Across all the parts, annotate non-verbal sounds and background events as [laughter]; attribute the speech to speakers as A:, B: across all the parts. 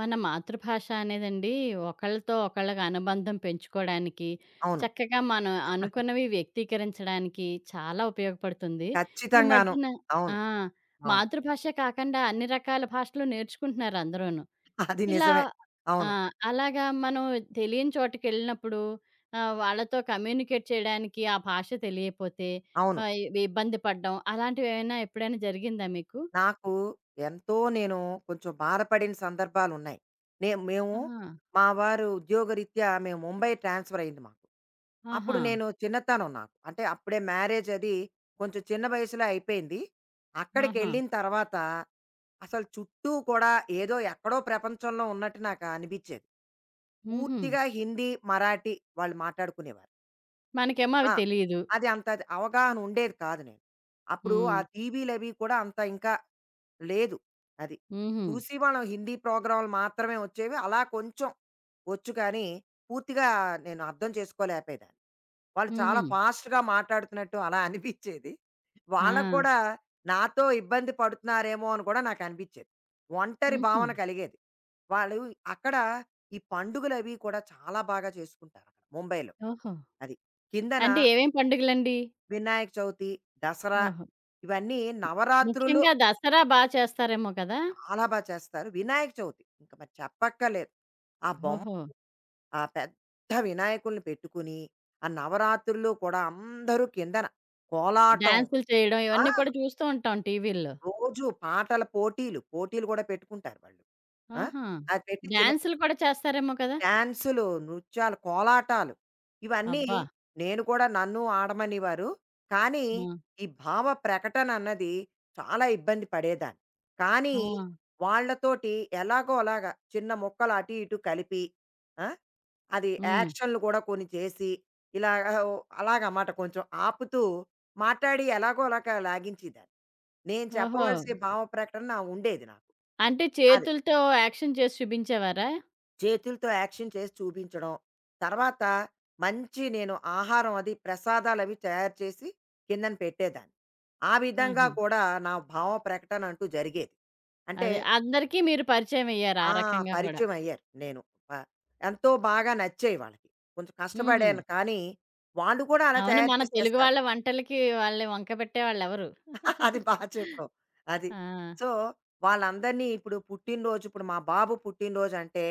A: మన మాతృభాష అనేదండి ఒకళ్ళతో ఒకళ్ళకి అనుబంధం పెంచుకోవడానికి
B: అవును.
A: చక్కగా మనం అనుకున్నవి వ్యక్తీకరించడానికి చాలా ఉపయోగపడుతుంది. ఈ
B: ఖచ్చితంగాను.
A: మధ్యన
B: అవును.
A: ఆ,
B: అవును.
A: మాతృభాష కాకుండా అన్ని రకాల భాషలు నేర్చుకుంటున్నారు అందరూను.
B: అది
A: ఇలా
B: నిజమే.
A: ఆ,
B: అవును.
A: అలాగా మనం తెలియని చోటుకి వెళ్ళినప్పుడు వాళ్ళతో కమ్యూనికేట్ చేయడానికి ఆ భాష తెలియకపోతే
B: అవును.
A: ఇబ్బంది పడడం అలాంటివి ఏమైనా ఎప్పుడైనా జరిగిందా మీకు?
B: నాకు ఎంతో నేను కొంచెం బాధపడిన సందర్భాలున్నాయి. మేము
A: ఆహా,
B: మా వారు ఉద్యోగరీత్యా మేము ముంబై ట్రాన్స్‌ఫర్ అయింది మాకు. అప్పుడు
A: ఆహా,
B: నేను చిన్నతనం నాకు. అంటే అప్పుడే మ్యారేజ్ అది కొంచెం చిన్న వయసులో అయిపోయింది.
A: ఆహా,
B: అక్కడికెళ్ళిన తర్వాత అసలు చుట్టూ కూడా ఏదో ఎక్కడో ప్రపంచంలో ఉన్నట్టు నాకు అనిపించేది.
A: మ్హూ.
B: పూర్తిగా హిందీ, మరాఠీ వాళ్ళు మాట్లాడుకునేవారు.
A: మనకేమో అవి
B: ఆ!
A: తెలీదు.
B: అది అంత అవగాహన ఉండేది కాదు నేను. అప్పుడు ఆ
A: హ్మ్.
B: టీవీలవి కూడా అంత ఇంకా లేదు. అది.
A: హుహు.
B: చూసి మనం హిందీ ప్రోగ్రాములు మాత్రమే వచ్చేవి. అలా కొంచెం వచ్చు కానీ పూర్తిగా నేను అర్థం చేసుకోలేకపోయేదాన్ని. వాళ్ళు చాలా
A: హుహు.
B: ఫాస్ట్‌గా మాట్లాడుతున్నట్టు అలా అనిపించేది.
A: ఆ!
B: వాళ్ళకి కూడా నాతో ఇబ్బంది పడుతున్నారేమో అని కూడా నాకనిపించేది. ఒంటరి
A: హుహు.
B: భావన కలిగేది. వాళ్ళు అక్కడ ఈ పండుగలవి కూడా చాలా బాగా చేసుకుంటారు అక్కడ ముంబైలో.
A: ఓహో!
B: అది. కిందన
A: అంటే ఏమేం పండుగలండి?
B: వినాయక చవితి, దసరా
A: ఓహో!
B: ఇవన్నీ నవరాత్రులు
A: ముఖ్యంగా దసరా బా చేస్తారేమో కదా!
B: చాలా బా చేస్తారు. వినాయక చవితి ఇంక మరి చెప్పక్కర్లేదు. ఆ బొమ్మ
A: ఓహో!
B: ఆ పెద్ద వినాయకుడిని పెట్టుకుని, ఆ నవరాత్రుల్లో కూడా అందరూ కిందన కోలాటం.
A: డాన్సులు చేయడం
B: ఆ!
A: ఇవన్నీ కూడా చూస్తూ ఉంటాం టీవీల్లో.
B: రోజు పాటల పోటీలు. పోటీలు గూడా పెట్టుకుంటారు వాళ్ళు. ఆ!
A: ఆహా!
B: అది పెట్టి చిన్న
A: డాన్సులు కూడా చేస్తారేమో కదా!
B: డాన్సులు, నృత్యాలు, కోలాటాలు ఇవన్నీ
A: అబ్బా!
B: నేను కూడా నన్ను ఆడమనేవారు. కానీ,
A: ఆ!
B: ఈ భావ ప్రకటన అన్నది చాలా ఇబ్బంది పడేదాన్ని. కానీ,
A: ఆ!
B: వాళ్ళతోటి ఎలాగోలాగా చిన్న ముక్కలు అటు ఇటు కలిపి, ఆ! అది
A: హ్మ్.
B: యాక్షన్‌లు కూడా కొన్ని చేసి ఇలాగ ఓ అలాగమాట కొంచెం ఆపుతూ మాట్లాడి ఎలాగోలాగా లాగించేదాన్ని. నేను
A: ఓహో!
B: చెప్పవలసిన భావ ప్రకటన నా ఉండేది నాకు.
A: అంటే
B: అది.
A: చేతులతో యాక్షన్ చేసి చూపించేవారా?
B: చేతులతో యాక్షన్ చేసి చూపించడం. తర్వాత మంచి నేను ఆహారం అది ప్రసాదాలవి తయారు చేసి కిందన పెట్టేదాన్ని. ఆ విధంగా
A: ఆహా!
B: కూడా నా భావ ప్రకటన అంటూ జరిగేది. అంటే
A: అదే అందరికి మీరు పరిచయమయ్యారు ఆ
B: ఆ!
A: రకంగా కూడా.
B: పరిచయం అయ్యారు నేను. ప ఎంతో బాగా నచ్చాయి వాళ్ళకి. కొంచెం
A: హుహు.
B: కష్టపడాను కానీ, వాళ్ళు కూడా అలా
A: అవును,
B: తయారు
A: మన
B: చేసి
A: తెలుగు
B: తెస్తారు.
A: వాళ్ళ వంటలకి వాళ్ళని వంక పెట్టేవాళ్ళెవరు?
B: అది బాగా చెప్పావు. అది.
A: ఆ!
B: సో, వాళ్ళందరినీ ఇప్పుడు పుట్టినరోజు ఇప్పుడు మా బాబు పుట్టినరోజు అంటే,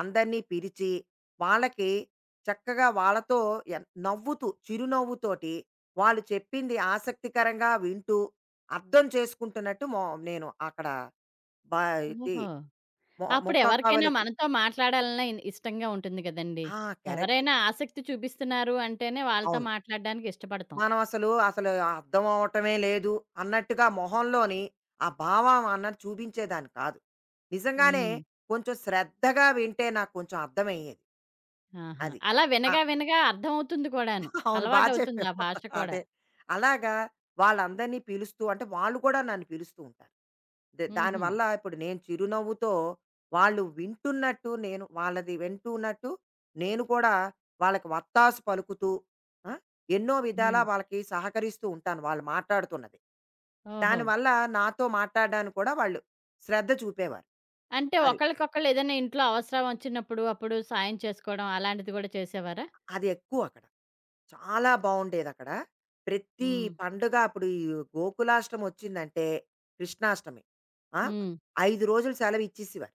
B: అందరినీ పిలిచి, వాళ్ళకి చక్కగా వాళ్ళతో నవ్వుతూ, చిరునవ్వుతోటి వాళ్ళు చెప్పింది ఆసక్తికరంగా వింటూ, అర్థం చేసుకుంటున్నట్టు నేను అక్కడ బా ఇది
A: ఓహో! అప్పుడు ఎవరికైనా
B: ముఖకవళికలు.
A: మనతో మాట్లాడాలన్నా ఇన్ ఇష్టంగా ఉంటుంది గదండీ.
B: ఆ! కరెక్ట్.
A: ఎవరైనా ఆసక్తి చూపిస్తున్నారు అంటేనే వాళ్ళతో
B: అవును.
A: మాట్లాడడానికి ఇష్టపడతాం.
B: మనం అసలు అర్థం అవ్వటమే లేదు అన్నట్టుగా మొహంలోని ఆ భావం అన్నది చూపించేదాన్ని కాదు. నిజంగానే
A: హ్మ్.
B: కొంచెం శ్రద్ధగా వింటే నాకు కొంచెం అర్థమయ్యేది.
A: ఆహా!
B: అది.
A: అలా
B: ఆ!
A: వినగా వినగా అర్థమవుతుంది కూడాను.
B: అవును. బా
A: అలవాటవుతుంది ఆ
B: చెప్పావు.
A: భాష కూడా.
B: అదే. అలాగా వాళ్ళందరినీ పిలుస్తూ అంటే వాళ్ళు కూడా నన్ను పిలుస్తూ ఉంటారు.
A: హుహు.
B: దానివల్ల ఇప్పుడు నేను చిరునవ్వుతో వాళ్ళు వింటున్నట్టు నేను వాళ్ళది వింటున్నట్టు నేను కూడా వాళ్ళకి వత్తాసు పలుకుతూ ఆ! ఎన్నో విధాలా
A: హ్మ్.
B: వాళ్ళకి సహకరిస్తూ ఉంటాను వాళ్ళు మాట్లాడుతున్నది.
A: ఓహో!
B: దానివల్ల నాతో మాట్లాడడానికి కూడా వాళ్ళు శ్రద్ధ చూపేవారు.
A: అంటే
B: అది.
A: ఒకళ్ళకొకళ్ళు ఏదైనా ఇంట్లో అవసరం వచ్చినప్పుడు అప్పుడు సాయం చేసుకోవడం అలాంటిది గూడా చేసేవారా?
B: అది ఎక్కువక్కడ. చాలా బావుండేదక్కడ. ప్రతి
A: హ్మ్.
B: పండుగ అప్పుడు ఈ గోకులాష్టమొచ్చిందంటే కృష్ణాష్టమి. ఆ!
A: హ్మ్.
B: 5 రోజులు సెలవిచ్చేసేవారు.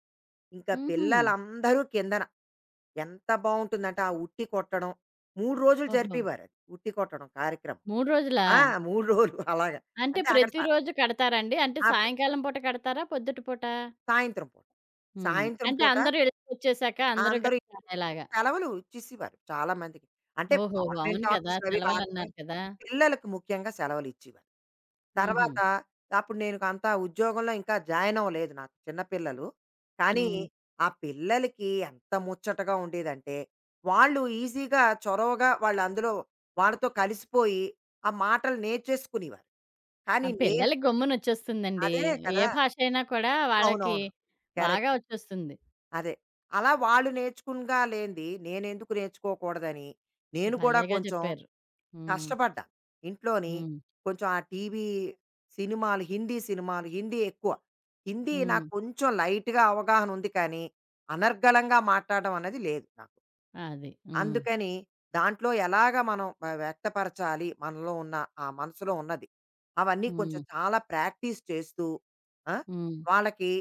B: ఇంకా
A: హుహు.
B: పిల్లలందరూ కిందన. ఎంత బావుంటుందంటే ఆ ఉట్టి కొట్టడం. 3 రోజులు
A: ఓహో!
B: జరిపేవారది. ఉట్టి కొట్టడం కార్యక్రమం.
A: 3 రోజులా?
B: ఆ! 3 రోజులు అలాగా.
A: అంటే
B: అంటే అక్కడ
A: ప్రతిరోజు కడతారండి? అంటే
B: ఆ!
A: సాయంకాలం పూట కడతారా? పొద్దుట పూట?
B: సాయంత్రం పూట.
A: హ్మ్.
B: సాయంత్రం
A: అంటే
B: పూట
A: అందరూ ఎళ్ళిపోచ్చేసాక అందరూ
B: అందరూ
A: కలిసి
B: ఇంటికి
A: ఆడేలాగా.
B: సెలవులు ఇచ్చేసేవారు చాలా మందికి. అంటే
A: ఓహోహో!
B: గవర్నమెంట్
A: అవును కదా!
B: ఆఫీసులవి కాక
A: సెలవులన్నారు కదా!
B: పిల్లలకు ముఖ్యంగా సెలవులిచ్చేవారు.
A: హుహు.
B: తర్వాత అప్పుడు నేను అంతా ఉద్యోగంలో ఇంకా జాయిన్ అవ్వలేదు నాకు చిన్న పిల్లలు. కానీ
A: హ్మ్.
B: హ్మ్. ఆ పిల్లలకి ఎంత ముచ్చటగా ఉండేదంటే, వాళ్ళు ఈజీగా చొరవగా వాళ్ళు అందులో వాళ్ళతో కలిసిపోయి, ఆ మాటలు నేర్చేసుకునేవారు.
A: ఆ
B: కానీ నేను
A: పిల్లలకి గమ్మునొచ్చేస్తుందండి.
B: అదే
A: ఏ
B: కదా!
A: భాష అయినా కూడా వాళ్ళకి
B: అవునవును.
A: బాగా
B: కరెక్ట్.
A: వచ్చేస్తుంది.
B: అదే. అలా వాళ్ళు నేర్చుకునగా లేనిది నేనెందుకు నేర్చుకోకూడదని నేను కూడా
A: భలేగా
B: కొంచెం
A: చెప్పారు. హ్మ్.
B: కష్టపడ్డాను. ఇంట్లోని
A: హ్మ్.
B: కొంచెం ఆ టీవీ సినిమాలు, హిందీ సినిమాలు, హిందీ ఎక్కువ. హిందీ
A: హ్మ్.
B: నాకు కొంచెం లైట్‌గా అవగాహన ఉంది కానీ, అనర్గళంగా మాట్లాడడం అనేది లేదు నాకు.
A: అది. హ్మ్.
B: అందుకని దాంట్లో ఎలాగ మనం వ్యక్తపరచాలి, మనలో ఉన్న ఆ మనసులో ఉన్నది. అవన్నీ కొంచెం
A: హ్మ్.
B: చాలా ప్రాక్టీస్ చేస్తూ ఆ!
A: హ్మ్.
B: వాళ్ళకి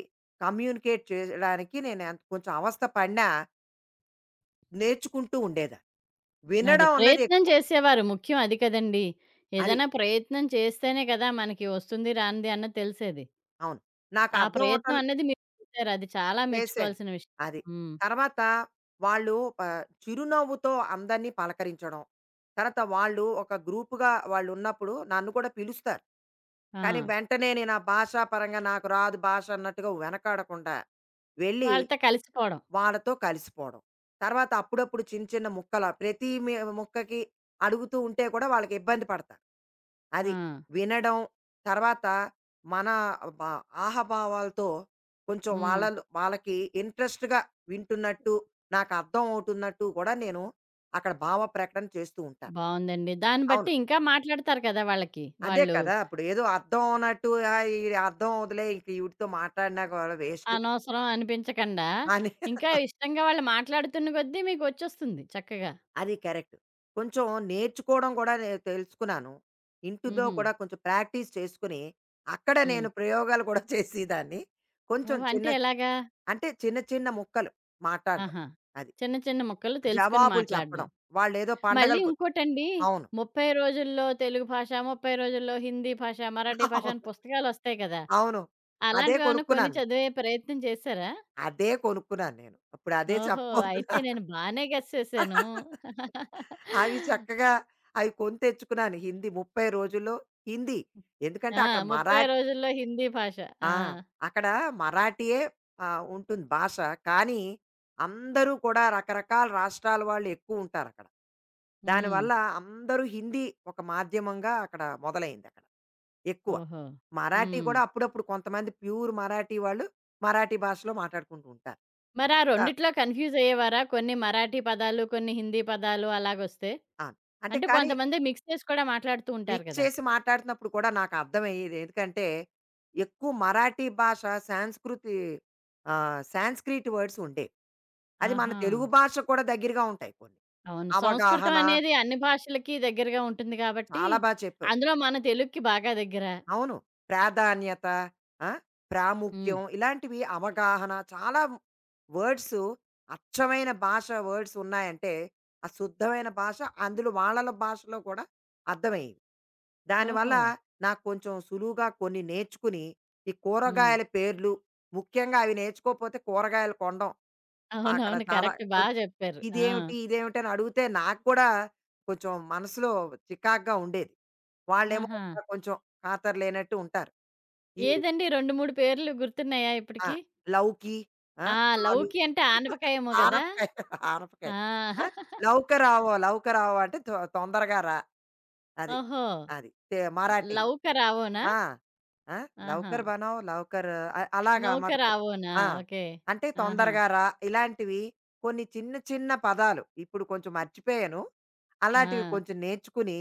B: కమ్యూనికేట్ చేయడానికి నేను ఎంత కొంచెం అవస్థ పడినా నేర్చుకుంటూ ఉండేదాన్ని.
A: అది.
B: వినడం అన్నది
A: ప్రయత్నం
B: ఎక్కువ.
A: చేసేవారు ముఖ్యం అది కదండీ!
B: అది.
A: ఏదైనా ప్రయత్నం చేస్తేనే కదా మనకి వస్తుంది, రానిది అన్నది తెలిసేది.
B: అవును. నాకు
A: ఆ
B: అర్థం అవటం
A: ప్రయత్నం అన్నది మీరు చేసారు. అది చాలా
B: చేశాను.
A: మెచ్చుకోవాల్సిన విషయం.
B: అది.
A: హ్మ్.
B: తర్వాత వాళ్ళు ఆహ్, చిరునవ్వుతో అందరినీ పలకరించడం. తర్వాత వాళ్ళు ఒక గ్రూప్‌గా వాళ్ళున్నప్పుడు నన్ను కూడా పిలుస్తారు.
A: ఆ!
B: కానీ వెంటనే నేను ఆ భాషా పరంగా నాకు రాదు భాష అన్నట్టుగా వెనకాడకుండా వెళ్ళి
A: వాళ్ళతో కలిసిపోవడం.
B: వాళ్ళతో కలిసిపోవడం. తర్వాత అప్పుడప్పుడు చిన్న చిన్న ముక్కల ప్రతి ముక్కకి అడుగుతూ ఉంటే కూడా వాళ్ళకి ఇబ్బంది పడతారు. అది.
A: ఆ!
B: వినడం, తర్వాత మన బ ఆహభావాలతో కొంచెం
A: హ్మ్.
B: వాళ్ళలో వాళ్ళకి ఇంట్రెస్ట్‌గా వింటున్నట్టు, నాకు అర్థం అవుతున్నట్టు కూడా నేను అక్కడ భావ ప్రకటన చేస్తూ ఉంటాను.
A: బావుందండి. దాన్ని
B: అవును.
A: బట్టి ఇంకా మాట్లాడతారు కదా వాళ్ళకి.
B: అదే
A: వాళ్ళు
B: కదా! ఇప్పుడు ఏదో అర్థం అన్నట్టు ఆహ్, ఈడ అర్థం అవ్వదులే ఇంక ఈవిడతో మాట్లాడినా కూడా వేస్టు
A: అనవసరం అనిపించకండా,
B: అని.
A: ఇంకా ఇష్టంగా వాళ్ళు మాట్లాడుతున్న కొద్దీ మీకొచ్చేస్తుంది చక్కగా.
B: అది కరెక్ట్. కొంచెం నేర్చుకోవడం కూడా నేను తెలుసుకున్నాను. ఇంటితో
A: హుహు.
B: కూడా కొంచెం ప్రాక్టీస్ చేసుకొని, అక్కడ
A: హ్మ్.
B: నేను ప్రయోగాలు కూడా [laughs] చేసేదాన్ని. కొంచెం
A: ఓహ్!
B: చిన్న
A: అంటే ఎలాగా?
B: అంటే చిన్న చిన్న ముక్కలు మాట్లాడడం.
A: ఆహా!
B: అది.
A: చిన్న చిన్న ముక్కలు తెలుసుకొని
B: జవాబులు
A: మాట్లాడడం.
B: చెప్పడం. వాళ్ళేదో
A: మళ్ళీ
B: పండగలకు
A: ఇంకోటండి,
B: అవును.
A: 30 రోజుల్లో తెలుగు భాష, 30 రోజుల్లో హిందీ భాష, మరాఠీ భాష
B: అవును.
A: అని
B: [laughs]
A: పుస్తకాలొస్తాయి కదా!
B: అవును. అదే
A: అలాంటివేమన్నా కొని
B: కొనుక్కున్నాను నేను.
A: చదివే ప్రయత్నం చేశారా?
B: అదే కొనుక్కున్నాను నేను. ఇప్పుడు అదే
A: ఓహో! అయితే
B: చెప్పబోతున్నా.
A: నేను బానే గెస్ చేశాను.
B: [laughs]
A: [laughs]
B: అవి చక్కగా అవి కొని తెచ్చుకున్నాను. హిందీ 30 రోజుల్లో హిందీ. ఎందుకంటే
A: ఆ!
B: అక్కడ
A: 30 రోజుల్లో హిందీ భాష. ఆ!
B: ఆ! అక్కడ మరాఠీయే ఆహ్, ఉంటుంది భాష. కానీ, అందరూ కూడా రకరకాల రాష్ట్రాల వాళ్ళు ఎక్కువుంటారక్కడ.
A: హ్మ్.
B: దానివల్ల అందరూ హిందీ ఒక మాధ్యమంగా అక్కడ మొదలైందక్కడ ఎక్కువ.
A: ఓహో!
B: మరాఠీ
A: హ్మ్.
B: కూడా అప్పుడప్పుడు కొంతమంది ప్యూర్ మరాఠీ వాళ్ళు మరాఠీ భాషలో మాట్లాడుకుంటూ ఉంటారు. త
A: రెండిట్లో కన్‌ఫ్యూజ్ అయ్యేవారా? కొన్ని మరాఠీ పదాలు, కొన్ని హిందీ పదాలు అలాగొస్తే?
B: ఆ! అంటే
A: అంటే
B: కానీ
A: కొంతమంది మిక్స్ చేసి కూడా మాట్లాడుతూ ఉంటారు
B: మిక్స్
A: కదా!
B: చేసి మాట్లాడుతున్నప్పుడు కూడా నాకు అర్థమయ్యేది. ఎందుకంటే, ఎక్కువ మరాఠీ భాష సాంస్కృతి ఆహ్, సాంస్క్రిట్ వర్డ్స్ ఉండేవి. అది మన
A: ఆహా!
B: తెలుగు భాషకు కూడా దగ్గరగా ఉంటాయి కొన్ని.
A: అవును, సంస్కృతం
B: అవగాహన
A: అనేది అన్ని భాషలకి దగ్గరగా ఉంటుంది కాబట్టి,
B: చాలా బా చెప్పావు.
A: అందులో మన తెలుగుకి బాగా దగ్గర.
B: అవును. ప్రాధాన్యత, ఆ!
A: హ్మ్.
B: ప్రాముఖ్యం ఇలాంటివి అవగాహన చాలా వర్డ్స్ అచ్చమైన భాష వర్డ్స్ ఉన్నాయంటే, ఆ శుద్ధమైన భాష అందులో వాళ్ళల భాషలో కూడా అర్థమయ్యేవి. దానివల్ల
A: ఓహో!
B: నాకు కొంచెం సులువుగా కొన్ని నేర్చుకుని, ఈ
A: హ్మ్.
B: కూరగాయల పేర్లు ముఖ్యంగా అవి నేర్చుకోకపోతే కూరగాయలు కొనడం అక్కడ
A: అవునవును.
B: చాలా
A: కరెక్ట్. బా
B: కొంచెం
A: జెప్పారు. ఆ!
B: ఇదేమిటి? ఇదేమిటి? అని అడిగితే నాకు కూడా కొంచెం మనసులో చికాకుగా ఉండేది. వాళ్ళేమో
A: ఆహా!
B: ఇంకా కొంచెం ఖాతరు లేనట్టు ఉంటారు. ఈవిడ
A: ఏదండి 2, 3 పేర్లు గుర్తున్నాయా
B: ఆ!
A: ఇప్పటికి?
B: లౌకి, ఆ!
A: ఆ!
B: ఆలు
A: లౌకి అంటే ఆనపకాయేమో గదా!
B: ఆనపకాయ, ఆనపకాయ.
A: ఆ!
B: ఆ!
A: [laughs]
B: లౌక రావో, లౌక రావో అంటే తొందరగా రా. అది.
A: ఓహో!
B: అది. మరాఠీలో.
A: లౌక రావోనా?
B: ఆ! ఆ!
A: ఆహా!
B: లవకర్ బనావో లవకర్ అలాగా
A: నౌక
B: మటుకు.
A: రావోనా?
B: ఆ!
A: ఓకే.
B: అంటే
A: ఆహా!
B: తొందరగా రా ఇలాంటివి కొన్ని చిన్న చిన్న పదాలు ఇప్పుడు కొంచెం మర్చిపోయాను. అలాంటివి
A: ఆ!
B: కొంచెం నేర్చుకుని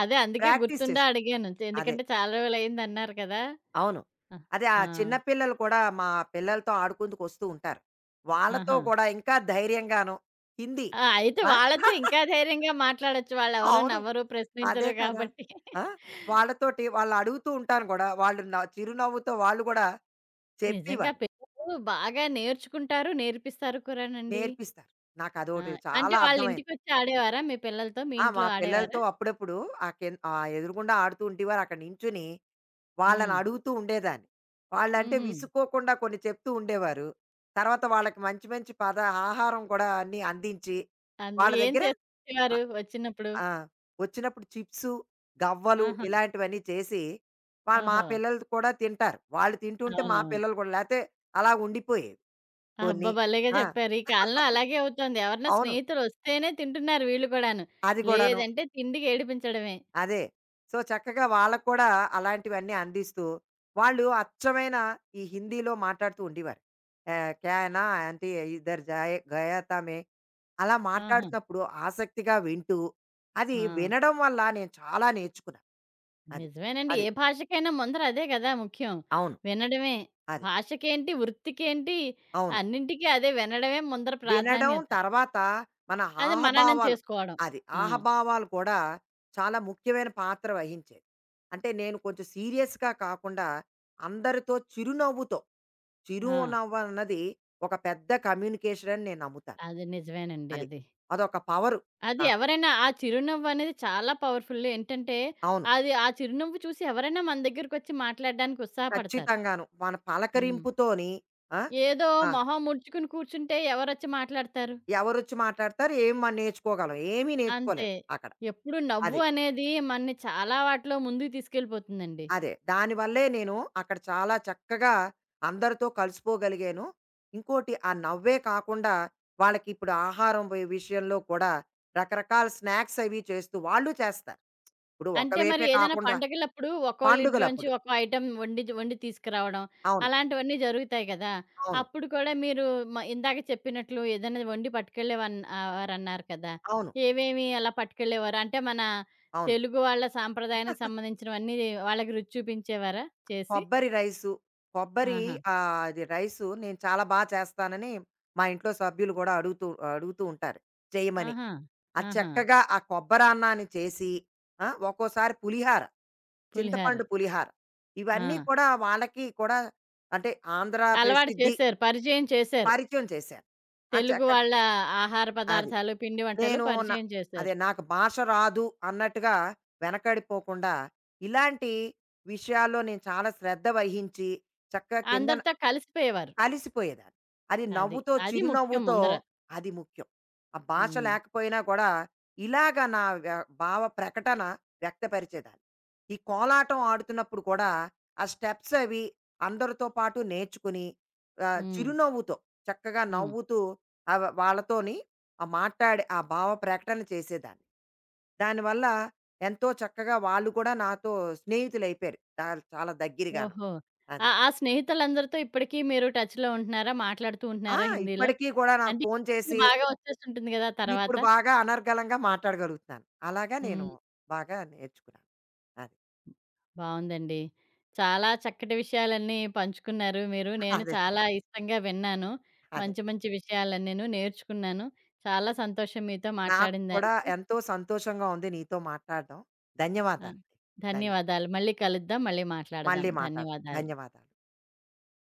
A: అదే అందుకే
B: ప్రాక్టీస్
A: గుర్తుందా
B: చేస్
A: అడిగాను.
B: అదే.
A: ఎందుకంటే చాలా రోజులయిందన్నారు కదా!
B: అవును.
A: ఆ!
B: అదే ఆ
A: ఆ!
B: చిన్న పిల్లలు కూడా మా పిల్లలతో ఆడుకుందుకు వస్తూ ఉంటారు. వాళ్ళతో
A: ఆహా!
B: కూడా ఇంకా ధైర్యంగాను హిందీ.
A: ఆ! అయితే
B: ఆ!
A: వాళ్ళతో ఇంకా
B: [laughs]
A: ధైర్యంగా మాట్లాడొచ్చు. వాళ్ళెవరు
B: అవును.
A: నవ్వరు,
B: అదే
A: ప్రశ్నించరు
B: కదా!
A: కాబట్టి.
B: ఆ! వాళ్ళతోటి వాళ్ళు అడుగుతూ ఉంటాను గూడా. వాళ్ళు చిరునవ్వుతో వాళ్ళు గూడా
A: నిజంగా
B: చెప్పేవారు.
A: పిల్లలు బాగా నేర్చుకుంటారు, నేర్పిస్తారు కూడానండి.
B: నేర్పిస్తారు.
A: ఆ!
B: నాకదోటి చాలా
A: అంటే వాళ్ళ
B: అర్థమైంది.
A: ఇంటికొచ్చి ఆడేవారా మీ పిల్లలతో? మీ
B: ఆ! మా
A: ఇంట్లో
B: పిల్లలతో
A: ఆడేవారా?
B: అప్పుడప్పుడు ఆ ఎదురుగుండా ఆడుతూ ఉండేవారు. అక్కడ నించుని వాళ్ళని
A: హ్మ్.
B: అడుగుతూ ఉండేదాన్ని. వాళ్ళంటే
A: హుహు.
B: విసుక్కోకుండా కొన్ని చెప్తూ ఉండేవారు. తర్వాత వాళ్ళకి మంచి మంచి ఆహారం కూడా అన్నీ అందించి
A: అందు
B: వాళ్ళ
A: ఏం
B: దగ్గర
A: చేసేవారు వచ్చినప్పుడు?
B: ఆ! వచ్చినప్పుడు చిప్సు, గవ్వలు
A: ఆహా!
B: ఇలాంటివన్నీ చేసి, మా మా
A: ఓహో!
B: పిల్లలు కూడా తింటారు. వాళ్ళు తింటుంటే మా
A: అవునవును.
B: పిల్లలు కూడా లేతే అలా ఉండిపోయేవి
A: అబ్బా!
B: కొన్ని.
A: భలేగా
B: ఆ!
A: చెప్పారు. ఈ కాలంలో అలాగే అవుతోంది. ఎవరన్నా
B: అవును.
A: స్నేహితులొస్తేనే తింటున్నారు వీళ్ళు కూడాను.
B: అది కూడాను.
A: లేదంటే తిండికి ఏడిపించడమే.
B: అదే. సో, చక్కగా వాళ్ళకి కూడా అలాంటివన్నీ అందిస్తూ, వాళ్ళు అచ్చమైన ఈ హిందీలో మాట్లాడుతూ ఉండేవారు. ఆహ్, క్యా హై నా ఆంటీ ఇధర్ జాయే గయా తా మే. అలా
A: ఆహా!
B: మాట్లాడుతున్నప్పుడు ఆసక్తిగా వింటూ, అది
A: ఆ!
B: వినడం వల్ల నేను చాలా నేర్చుకున్నాను. అది.
A: నిజమేనండి,
B: అది.
A: ఏ భాషకైనా ముందర అదే గదా ముఖ్యం.
B: అవును.
A: వినడమే.
B: అది.
A: భాషకేంటి, వృత్తికేంటి,
B: అవును.
A: అన్నింటికి అదే వినడమే ముందర
B: వినడం
A: ప్రాధాన్యత.
B: తర్వాత మన
A: అది మననం
B: ఆహభావాలు
A: చేసుకోవడం.
B: అది.
A: ఆ!
B: ఆహభావాలు కూడా చాలా ముఖ్యమైన పాత్ర వహించేది. అంటే నేను కొంచెం సీరియస్‌గా కాకుండా అందరితో చిరునవ్వుతో
A: ఆ!
B: చిరునవ్వు అన్నది ఒక పెద్ద కమ్యూనికేషన్ అని నేను నమ్ముతాను.
A: అది నిజమేనండి
B: అది.
A: అది.
B: అదొక పవరు
A: అది
B: నాకు.
A: ఎవరైనా ఆ చిరునవ్వనేది చాలా పవర్‌ఫుల్. ఏంటంటే,
B: అవును.
A: అది ఆ చిరునవ్వు చూసి ఎవరైనా మన దగ్గరకొచ్చి మాట్లాడడానికి ఉత్సాహపడతారు.
B: ఖచ్చితంగాను. మన
A: హ్మ్.
B: పలకరింపుతోని ఆ!
A: ఏదో
B: ఆ!
A: మొహం ముడుచుకుని కూర్చుంటే ఎవరొచ్చి మాట్లాడతారు?
B: ఎవరొచ్చి మాట్లాడతారు? ఏం మనం నేర్చుకోగలం? ఏమీ
A: అంతే.
B: నేర్చుకోలేం అక్కడ.
A: ఎప్పుడు నవ్వు
B: అది.
A: అనేది మనని చాలా వాటిలో ముందుకు తీసుకెళ్ళిపోతుందండి.
B: అదే. దానివల్లే నేను అక్కడ చాలా చక్కగా అందరితో కలిసిపోగలిగాను. ఇంకోటి ఆ నవ్వే కాకుండా వాళ్ళకిప్పుడు ఆహారం విషయంలో కూడా రకరకాల స్నాక్స్ అవి చేస్తూ వాళ్ళు చేస్తారు. ఇప్పుడు ఒక
A: అంటే మరి
B: వైపే
A: ఏదైనా
B: కాకుండా
A: పండగలప్పుడు ఒక్కోళ్ళ ఇంట్లోంచి
B: పండుగలప్పుడు.
A: ఒక ఐటెం వండి వండి తీసుకురావడం
B: అవును.
A: అలాంటివన్నీ జరుగుతాయి కదా!
B: అవును.
A: అప్పుడు కూడా మీరు ఇందాక చెప్పినట్లు ఏదైనా వండి వారన్నారు కదా!
B: అవును.
A: ఏవేమి అలా పట్టుకెళ్ళేవారు? అంటే మన
B: అవును.
A: తెలుగు వాళ్ళ సాంప్రదాయానికి సంబంధించినవన్నీ వాళ్ళకి రుచి చూపించేవారా చేసి?
B: కొబ్బరి రైసు, కొబ్బరి
A: ఆహా!
B: ఆహ్, అది రైసు నేను చాలా బా చేస్తానని మా ఇంట్లో సభ్యులు గూడా అడుగుతూ అడుగుతూ ఉంటారు చేయమని.
A: ఆహా!
B: అది
A: ఆహా!
B: చక్కగా ఆ కొబ్బరాన్నాన్ని చేసి ఆ! ఒక్కోసారి పులిహార.
A: పులిహార.
B: చింతపండు పులిహార. ఇవన్నీ
A: ఆ!
B: కూడా వాళ్ళకి కూడా అంటే ఆంధ్ర
A: అలవాటు
B: ప్రసిద్ధి
A: చేశారు. పరిచయం చేశారు.
B: పరిచయం చేశాను. ఆ!
A: తెలుగు
B: చక్కగా
A: వాళ్ళ ఆహార
B: అది.
A: పదార్థాలు, పిండి వంటలు
B: నేను నా
A: పరిచయం చేశారు.
B: అదే నాకు భాష రాదు అన్నట్టుగా వెనకడిపోకుండా ఇలాంటి విషయాల్లో నేను చాలా శ్రద్ధ వహించి చక్కగా కింద
A: అందరితో కలిసిపోయేవారు.
B: అలిసిపోయేదాన్ని. అది
A: అది.
B: నవ్వుతో,
A: అది ముఖ్యం
B: చిరునవ్వుతో
A: ముందర.
B: అది ముఖ్యం. ఆ భాష
A: హ్మ్.
B: లేకపోయినా కూడా ఇలాగ నా వ భావ ప్రకటన వ్యక్తపరిచేదాన్ని. ఈ కోలాటం ఆడుతున్నప్పుడు కూడా ఆ స్టెప్స్ అవి అందరితో పాటు నేర్చుకుని ఆహ్,
A: హ్మ్.
B: చిరునవ్వుతో చక్కగా
A: హ్మ్.
B: నవ్వుతూ వాళ్ళతోని ఆ మాట్లాడి ఆ భావ ప్రకటన చేసేదాన్ని. దానివల్ల ఎంతో చక్కగా వాళ్ళు కూడా నాతో స్నేహితులైపోయారు. చాలా దగ్గరగాను.
A: ఓహో!
B: అది.
A: ఆ ఆ స్నేహితులందరితో ఇప్పటికి మీరు టచ్‌లో ఉంటున్నారా? మాట్లాడుతూ
B: ఆ!
A: ఉంటున్నారా హిందీలో?
B: ఇప్పటికి కూడా నాకు
A: అంటే
B: ఫోను
A: ఇప్పటికి
B: చేసి,
A: బాగా వచ్చేసుంటుంది గదా తర్వాత.
B: ఇప్పుడు బాగా అనర్గళంగా మాట్లాడగలుగుతున్నాను. అలాగా నేను
A: హ్మ్.
B: బాగా నేర్చుకున్నాను. అది.
A: బావుందండి. చాలా చక్కటి విషయాలన్నీ పంచుకున్నారు మీరు. నేను
B: అదే.
A: చాలా ఇష్టంగా విన్నాను.
B: అదే.
A: మంచి మంచి విషయాలన్నీను నేర్చుకున్నాను. చాలా సంతోషం మీతో
B: నాకు
A: మాట్లాడిన
B: కూడా
A: దానికి.
B: ఎంతో సంతోషంగా ఉంది నీతో మాట్లాడడం.
A: ఆ!
B: ధన్యవాదాలండి. ధన్య
A: ధన్యవాదాలు. మళ్ళీ కలుద్దాం. మళ్ళీ మాట్లాడదాం.
B: మళ్ళీ మాట్లాడదాం.
A: ధన్యవాదాలు.
B: ధన్యవాదాలు.